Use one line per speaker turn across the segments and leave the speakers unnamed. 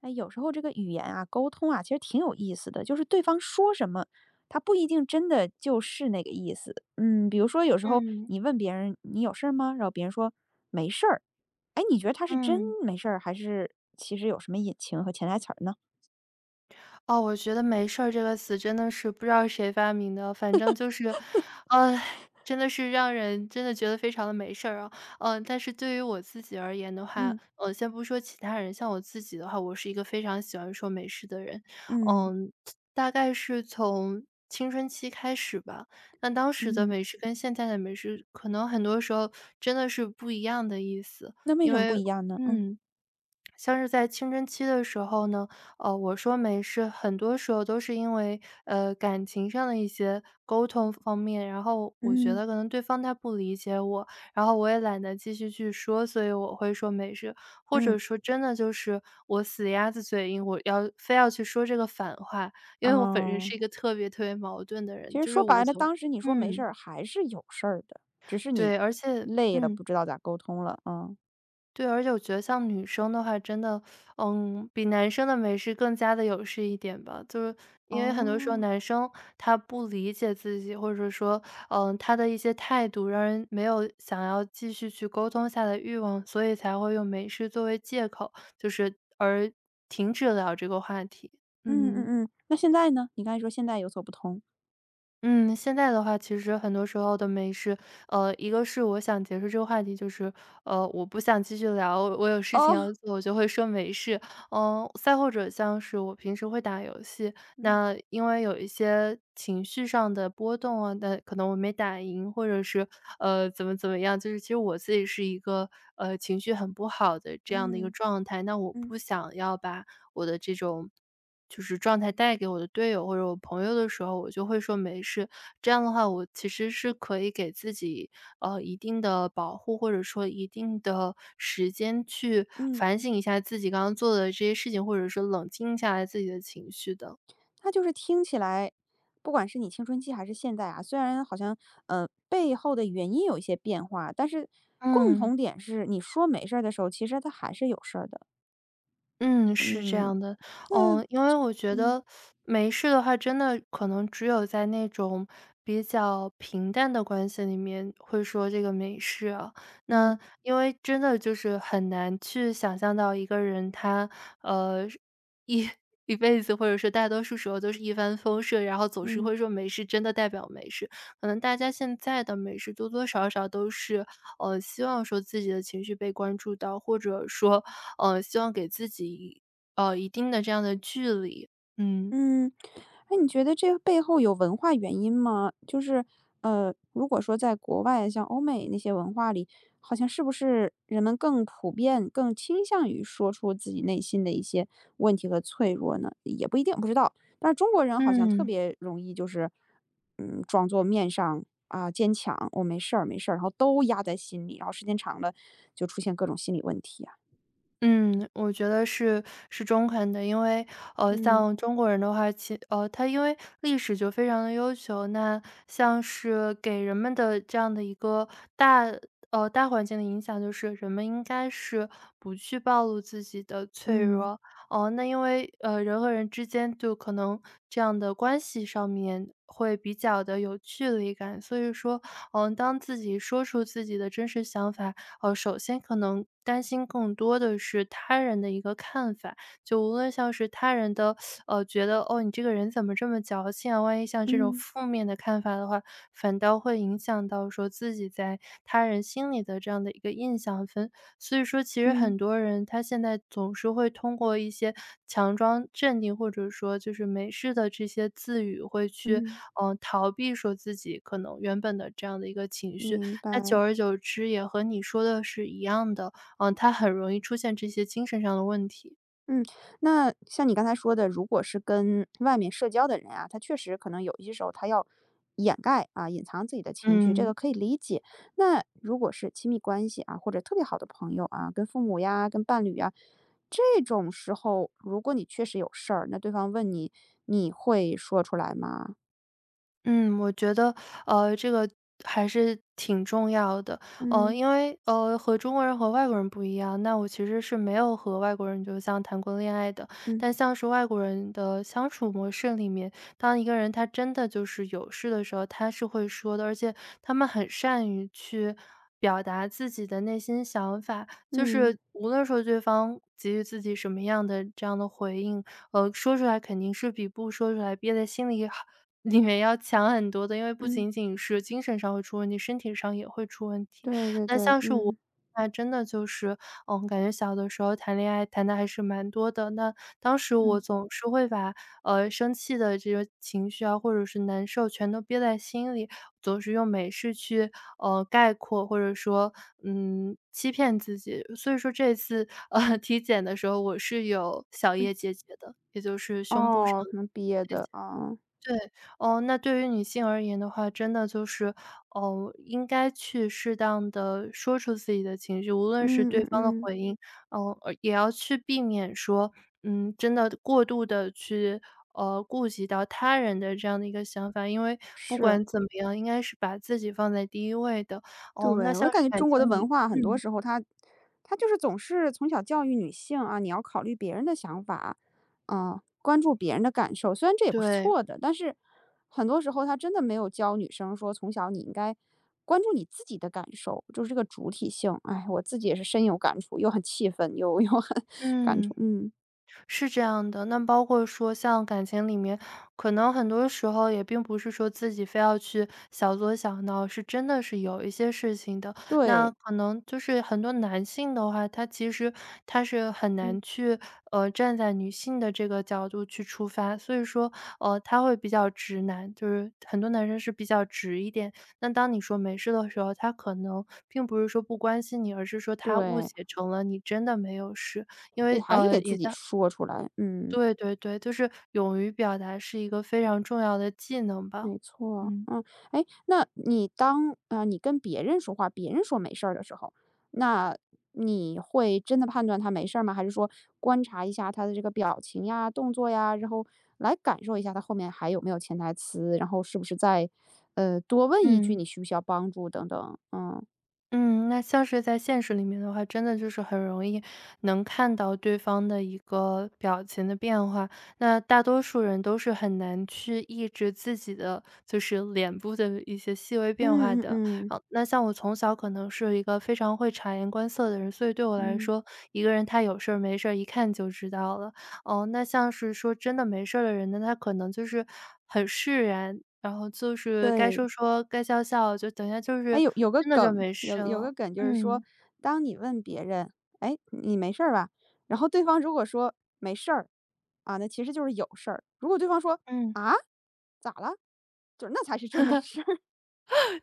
哎，有时候这个语言啊，沟通啊，其实挺有意思的。就是对方说什么，他不一定真的就是那个意思。嗯，比如说有时候
嗯，
你问别人你有事儿吗？然后别人说没事儿，哎，你觉得他是真
嗯，
没事儿，还是其实有什么隐情和潜台词儿呢？
哦，我觉得“没事儿”这个词真的是不知道谁发明的，反正就是，呃，真的是让人真的觉得非常的没事儿啊。嗯，但是对于我自己而言的话，
嗯
先不说其他人，像我自己的话，我是一个非常喜欢说“没事”的人。
嗯
嗯，大概是从青春期开始吧，那当时的
嗯，
“美食跟现在的“美食可能很多时候真的是不一样的意思，
那为
因
什么不
为
一样呢？嗯
嗯。像是在青春期的时候呢，我说没事，很多时候都是因为，感情上的一些沟通方面，然后我觉
嗯
得可能对方他不理解我，然后我也懒得继续去说，所以我会说没事，或者
嗯，
说真的就是我死鸭子嘴硬，我要非要去说这个反话，因为我本身
哦，
是一个特别特别矛盾的
其
人，
实
就是
说
我
白了，
从
当时你说没事
嗯，
儿，还是有事儿的，只是你
对，而且
累了，不知道咋沟通了。嗯，
对，而且我觉得像女生的话，真的，嗯，比男生的美食更加的有势一点吧。就是因为很多时候
哦。
男生他不理解自己，或者说，嗯，他的一些态度让人没有想要继续去沟通下的欲望，所以才会用美食作为借口，就是而停止聊这个话题。
嗯
嗯。
嗯嗯，那现在呢？你刚才说现在有所不同。
嗯，现在的话，其实很多时候的没事，一个是我想结束这个话题，就是我不想继续聊，我有事情要
哦，
做，我就会说没事。嗯，再或者像是我平时会打游戏，
嗯
那因为有一些情绪上的波动啊，但可能我没打赢，或者是怎么怎么样，就是其实我自己是一个情绪很不好的这样的一个
嗯
状态，那我
嗯
不想要把我的这种。就是状态带给我的队友或者我朋友的时候，我就会说没事。这样的话，我其实是可以给自己一定的保护，或者说一定的时间去
嗯，
反省一下自己刚刚做的这些事情，或者说冷静下来自己的情绪的。
那就是听起来，不管是你青春期还是现在啊，虽然好像背后的原因有一些变化，但是共
嗯。
同点是你说没事儿的时候，其实他还是有事儿的。
嗯，是这
嗯，
样的。
那
嗯，因为我觉
嗯
得没事的话，真的可能只有在那种比较平淡的关系里面会说这个没事啊。
嗯
那因为真的就是很难去想象到一个人他，呃，一 一辈子或者说大多数时候都是一帆风顺，然后总是
嗯。
会说没事，真的代表没事。可能大家现在的没事多多少少都是，希望说自己的情绪被关注到，或者说希望给自己，一定的这样的距离，嗯。
嗯，哎，你觉得这背后有文化原因吗？就是，如果说在国外，像欧美那些文化里，好像是不是人们更普遍、更倾向于说出自己内心的一些问题和脆弱呢？也不一定，不知道。但是中国人好像特
嗯。
别容易，就是，嗯，装作面上啊、坚强，我、没事儿，没事儿，然后都压在心里，然后时间长了就出现各种心理问题啊。
嗯，我觉得是是中肯的，因为
嗯
像中国人的话，他因为历史就非常的悠久，那像是给人们的这样的一个大大环境的影响，就是人们应该是不去暴露自己的脆
嗯
弱哦、那因为人和人之间就可能这样的关系上面会比较的有距离感，所以说嗯、当自己说出自己的真实想法，首先可能担心更多的是他人的一个看法，就无论像是他人的，觉得哦，你这个人怎么这么矫情啊？万一像这种
嗯
负面的看法的话，反倒会影响到说自己在他人心里的这样的一个印象分。所以说，其实
嗯
很多人他现在总是会通过一些强装镇定，或者说就是没事的这些自语，会去
嗯，
嗯、逃避说自己可能原本的这样的一个情绪。
明
那
白。
久而久之也和你说的是一样的，嗯，他很容易出现这些精神上的问题。
嗯，那像你刚才说的，如果是跟外面社交的人啊，他确实可能有一些时候他要掩盖啊、隐藏自己的情绪，这个
嗯。
可以理解。那如果是亲密关系啊，或者特别好的朋友啊，跟父母呀、跟伴侣呀，这种时候，如果你确实有事儿，那对方问你，你会说出来吗？
嗯，我觉得，这个还是挺重要的。
嗯
因为，和中国人和外国人不一样，那我其实是没有和外国人就像谈过恋爱的。
嗯
但像是外国人的相处模式里面，当一个人他真的就是有事的时候，他是会说的，而且他们很善于去表达自己的内心想法。就
嗯
是无论说对方给予自己什么样的这样的回应，说出来肯定是比不说出来憋在心里好。里面要强很多的，因为不
嗯，
仅仅是精神上会出问题，身体上也会出问题。
对对
那
对，
像是我
嗯
那真的就是，嗯，感觉小的时候谈恋爱谈的还是蛮多的。那当时我
嗯
总是会把，生气的这个情绪啊，或者是难受全都憋在心里，总是用美式去，概括或者说，嗯，欺骗自己。所以说这次，体检的时候我是有小
嗯，
叶结节的，也就是胸部上
哦，可能憋
的结
的
节。
啊，
对，哦，那对于女性而言的话，真的就是，哦，应该去适当的说出自己的情绪，无论是对
嗯嗯
方的
嗯，
回应，哦，也要去避免说，嗯，真的过度的去，顾及到他人的这样的一个想法。因为不管
是。
怎么样，应该是把自己放在第一位的。哦，那
对，我
像是
感觉
感
中国的
情
文
里
化很多
嗯，
时候它就是总是从小教育女性啊，你要考虑别人的想法，啊，关注别人的感受。虽然这也不是
对，
错的，但是很多时候他真的没有教女生说，从小你应该关注你自己的感受，就是这个主体性。哎，我自己也是深有感触，又很气愤，又很 感触。
嗯。
嗯，
是这样的，那包括说像感情里面，可能很多时候也并不是说自己非要去小作小闹，是真的是有一些事情的。
对，
那可能就是很多男性的话，他其实他是很
嗯，
难去站在女性的这个角度去出发，所以说他会比较直男，就是很多男生是比较直一点。那当你说没事的时候，他可能并不是说不关心你，而是说他误
对，
解成了你真的没有事，因
所以
为
还是得自
也
己
像
说出来。嗯。
对对对，就是勇于表达是一个非常重要的技能吧。
没错，
嗯，
嗯，哎，那你当你跟别人说话，别人说没事儿的时候，那你会真的判断他没事儿吗？还是说观察一下他的这个表情呀、动作呀，然后来感受一下他后面还有没有潜台词，然后是不是再多问一句
嗯，
你需不需要帮助等等，嗯
嗯，那像是在现实里面的话，真的就是很容易能看到对方的一个表情的变化。那大多数人都是很难去抑制自己的，就是脸部的一些细微变化
嗯嗯
的。
嗯
啊，那像我从小可能是一个非常会察言观色的人，所以对我来
嗯，
说，一个人他有事儿没事儿一看就知道了。哦，那像是说真的没事儿的人呢，他可能就是很释然，然后就是该
对。
说说，该笑笑，就等一下就
哎，
是
有个
真的就
梗，
没事
有个
了。
梗就是说，
嗯，
当你问别人：“哎，你没事儿吧？”然后对方如果说：“没事儿”，啊，那其实就是有事儿。如果对方说：
嗯。
“啊？咋了？”就是那才是真没事儿。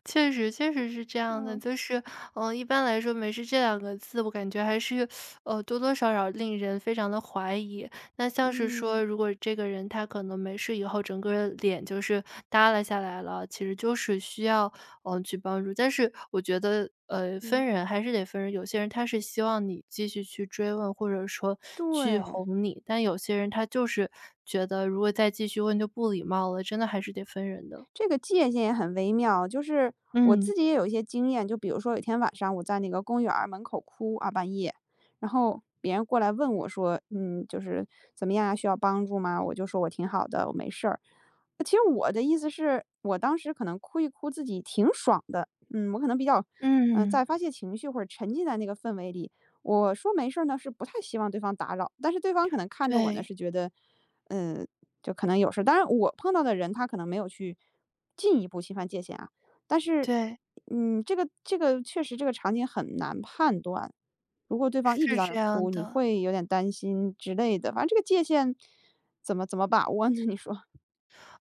确实，确实是这 样的，
嗯，
就是，嗯，一般来说，“没事这两个字，我感觉还是，多多少少令人非常的怀疑。那像是
嗯，
说，如果这个人他可能没事以后，整个脸就是耷拉下来了，其实就是需要，嗯，去帮助。但是我觉得，
嗯，
分人还是得分人，有些人他是希望你继续去追问，或者说去
对，
哄你，但有些人他就是觉得如果再继续问就不礼貌了，真的还是得分人的。
这个界限也很微妙。就是我
嗯，
自己也有一些经验，就比如说有一天晚上我在那个公园儿门口哭啊，半夜，然后别人过来问我说：“嗯，就是怎么样啊？需要帮助吗？”我就说：“我挺好的，我没事儿。”其实我的意思是，我当时可能哭一哭自己挺爽的，嗯，我可能比较，
嗯。
在发泄情绪或者沉浸在那个氛围里。我说没事儿呢，是不太希望对方打扰，但是对方可能看着我呢，
对，
是觉得，嗯，就可能有事儿。当然，我碰到的人他可能没有去进一步侵犯界限啊，但是，
对，
嗯，这个确实这个场景很难判断。如果对方一直
是
在那
这
儿
样
哭，你
的。
会有点担心之类的。反正这个界限怎么怎么把握呢？你说，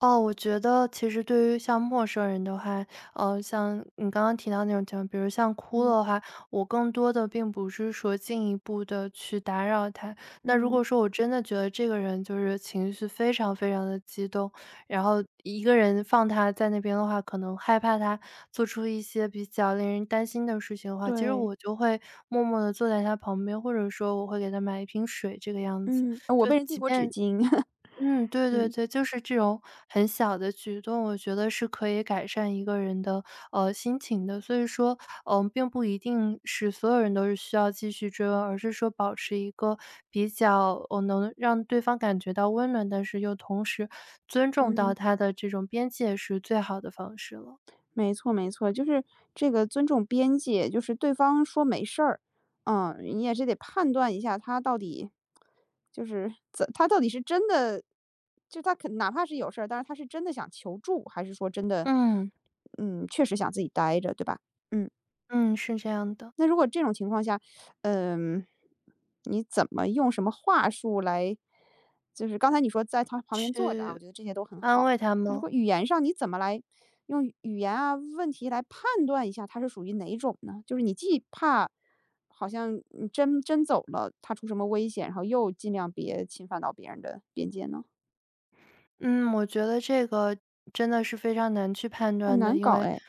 哦，我觉得其实对于像陌生人的话，像你刚刚提到那种情况，比如像 哭了
嗯。
的话，我更多的并不是说进一步的去打扰他。那如果
嗯，
说我真的觉得这个人就是情绪非常非常的激动，然后一个人放他在那边的话，可能害怕他做出一些比较令人担心的事情的话，其实
对，
我就会默默的坐在他旁边，或者说我会给他买一瓶水这个样子。
嗯，我
就
被人递
即
过纸
便
巾，
对对
嗯。
对，就是这种很小的举动，我觉得是可以改善一个人的心情的。所以说，并不一定是所有人都是需要继续追问，而是说保持一个比较能让对方感觉到温暖，但是又同时尊重到
嗯，
他的这种边界是最好的方式了。
没错没错，就是这个尊重边界，就是对方说没事儿，嗯，你也是得判断一下他到底就是怎他到底是真的，就他肯哪怕是有事儿，但是他是真的想求助，还是说真的，
嗯。
嗯，确实想自己待着，对吧？嗯。
嗯，是这样的。
那如果这种情况下，嗯，你怎么用什么话术来就是刚才你说在他旁边坐着啊，我
去
觉得这些都很
安
好。
慰他
那如
们。
果语言上你怎么来用语言啊、问题来判断一下他是属于哪种呢？就是你既怕好像你真走了，他出什么危险，然后又尽量别侵犯到别人的边界呢？
嗯，我觉得这个真的是非常难去判
很
断的，
难
因
搞
为
哎。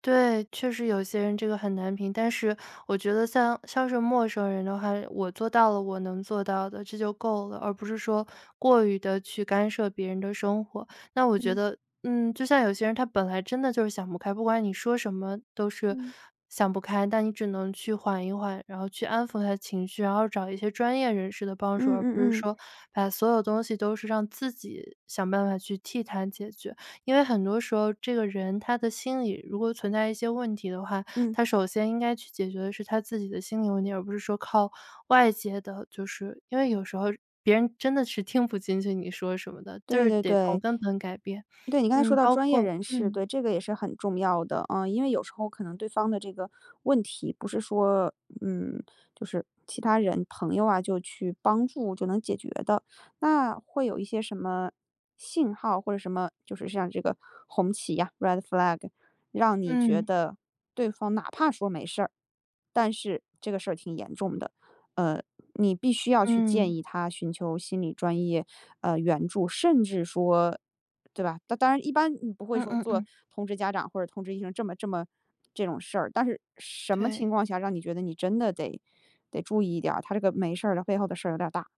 对，确实有些人这个很难评。但是我觉得像是陌生人的话，我做到了我能做到的，这就够了，而不是说过于的去干涉别人的生活。那我觉
嗯。
得嗯，就像有些人他本来真的就是想不开，不管你说什么都是
嗯。
想不开，但你只能去缓一缓，然后去安抚他的情绪，然后找一些专业人士的帮助，
嗯
而不是
嗯嗯，
说把所有东西都是让自己想办法去替他解决。因为很多时候，这个人他的心理如果存在一些问题的话，
嗯，
他首先应该去解决的是他自己的心理问题，而不是说靠外界的，就是因为有时候别人真的是听不进去你说什么的，就
对
是
对
得
对。
从根本改变。
对，你刚才说
嗯，
到
包
专业
括
人士，
嗯。
对，这个也是很重要的，嗯，因为有时候可能对方的这个问题不是说，嗯，就是其他人朋友啊，就去帮助就能解决的，那会有一些什么信号或者什么，就是像这个红旗呀，red flag，让你觉
嗯。
得对方哪怕说没事儿，但是这个事儿挺严重的，呃，你必须要去建
嗯。
议他寻求心理专业援助，甚至说对吧？当当然一般你不会
嗯
说
嗯
做
嗯。
通知家长或者通知医生这么这么这种事儿，但是什么情
对。
况下让你觉得你真的得得注意一点儿，他这个没事儿的背后的事儿有点儿大。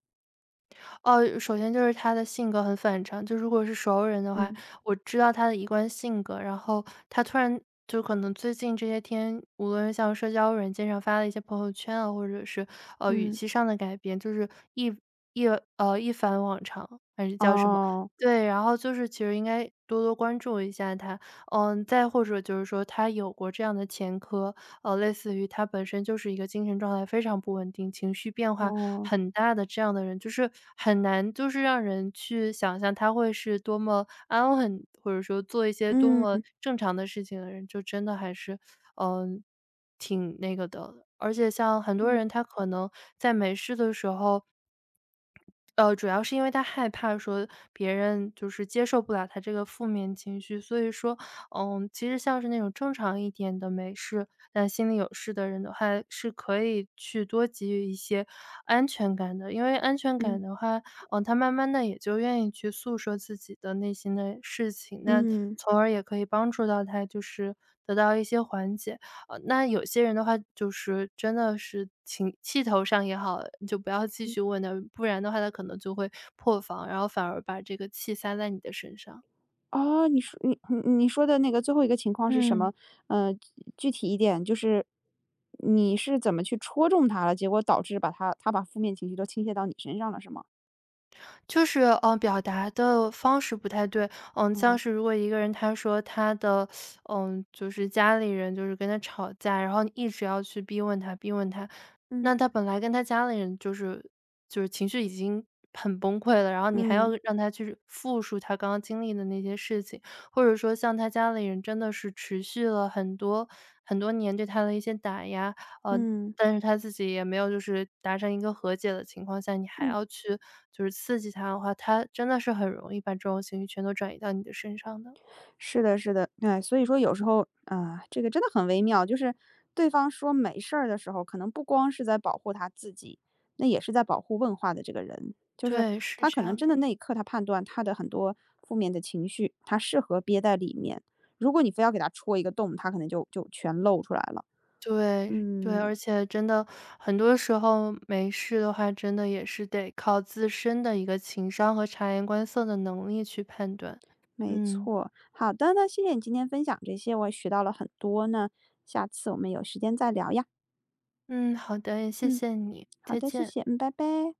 哦，首先就是他的性格很反常，就如果是熟人的话，
嗯，
我知道他的一贯性格，然后他突然就可能最近这些天，无论是像社交软件上发的一些朋友圈啊，或者是，语
嗯，
气上的改变，就是一一一反往常，还是叫什么？
哦，
对，然后就是其实应该多多关注一下他。嗯，再或者就是说他有过这样的前科，类似于他本身就是一个精神状态非常不稳定、情绪变化
哦，
很大的这样的人，就是很难就是让人去想象他会是多么安稳，或者说做一些多
嗯，
么正常的事情的人，就真的还是，嗯、挺那个的。而且像很多
嗯，
人，他可能在没事的时候，主要是因为他害怕说别人就是接受不了他这个负面情绪，所以说，嗯，其实像是那种正常一点的没事，但心里有事的人的话，是可以去多给予一些安全感的。因为安全
嗯，
感的话，嗯，他慢慢的也就愿意去诉说自己的内心的事情，那
嗯，
从而也可以帮助到他，就是得到一些缓解。那有些人的话，就是真的是情气头上也好，就不要继续问他，不然的话他可能就会破防，然后反而把这个气撒在你的身上。
哦，你说你说的那个最后一个情况是什
嗯。
么？呃，具体一点就是你是怎么去戳中他了，结果导致把他把负面情绪都倾泻到你身上了，是吗？
就是，表达的方式不太对。嗯，像
哦，
是如果一个人他说他的，嗯，就是家里人就是跟他吵架，然后你一直要去逼问他，逼问他，
嗯，
那他本来跟他家里人就是情绪已经很崩溃了，然后你还要
嗯，
让他去复述他刚刚经历的那些事情，或者说像他家里人真的是持续了很多很多年对他的一些打压，呃，
嗯，
但是他自己也没有就是达成一个和解的情况下，你还
嗯。
要去就是刺激他的话，他真的是很容易把这种情绪全都转移到你的身上的。
是的，是的，对，所以说有时候啊，这个真的很微妙，就是对方说没事儿的时候，可能不光是在保护他自己，那也是在保护问话的这个人。就是
对，是
他可
这
能
样
真的
的。
那一刻，他判断他的很多负面的情绪，他适合憋在里面。如果你非要给他戳一个洞，他可能就全露出来了。
对，对，
嗯，
而且真的很多时候没事的话，真的也是得靠自身的一个情商和察言观色的能力去判断。
没
嗯。
错。好的，那谢谢你今天分享这些，我也学到了很多呢。下次我们有时间再聊呀。
嗯，好的，也谢
嗯，
谢你，
好
再
的，谢
见。
谢，嗯，拜拜。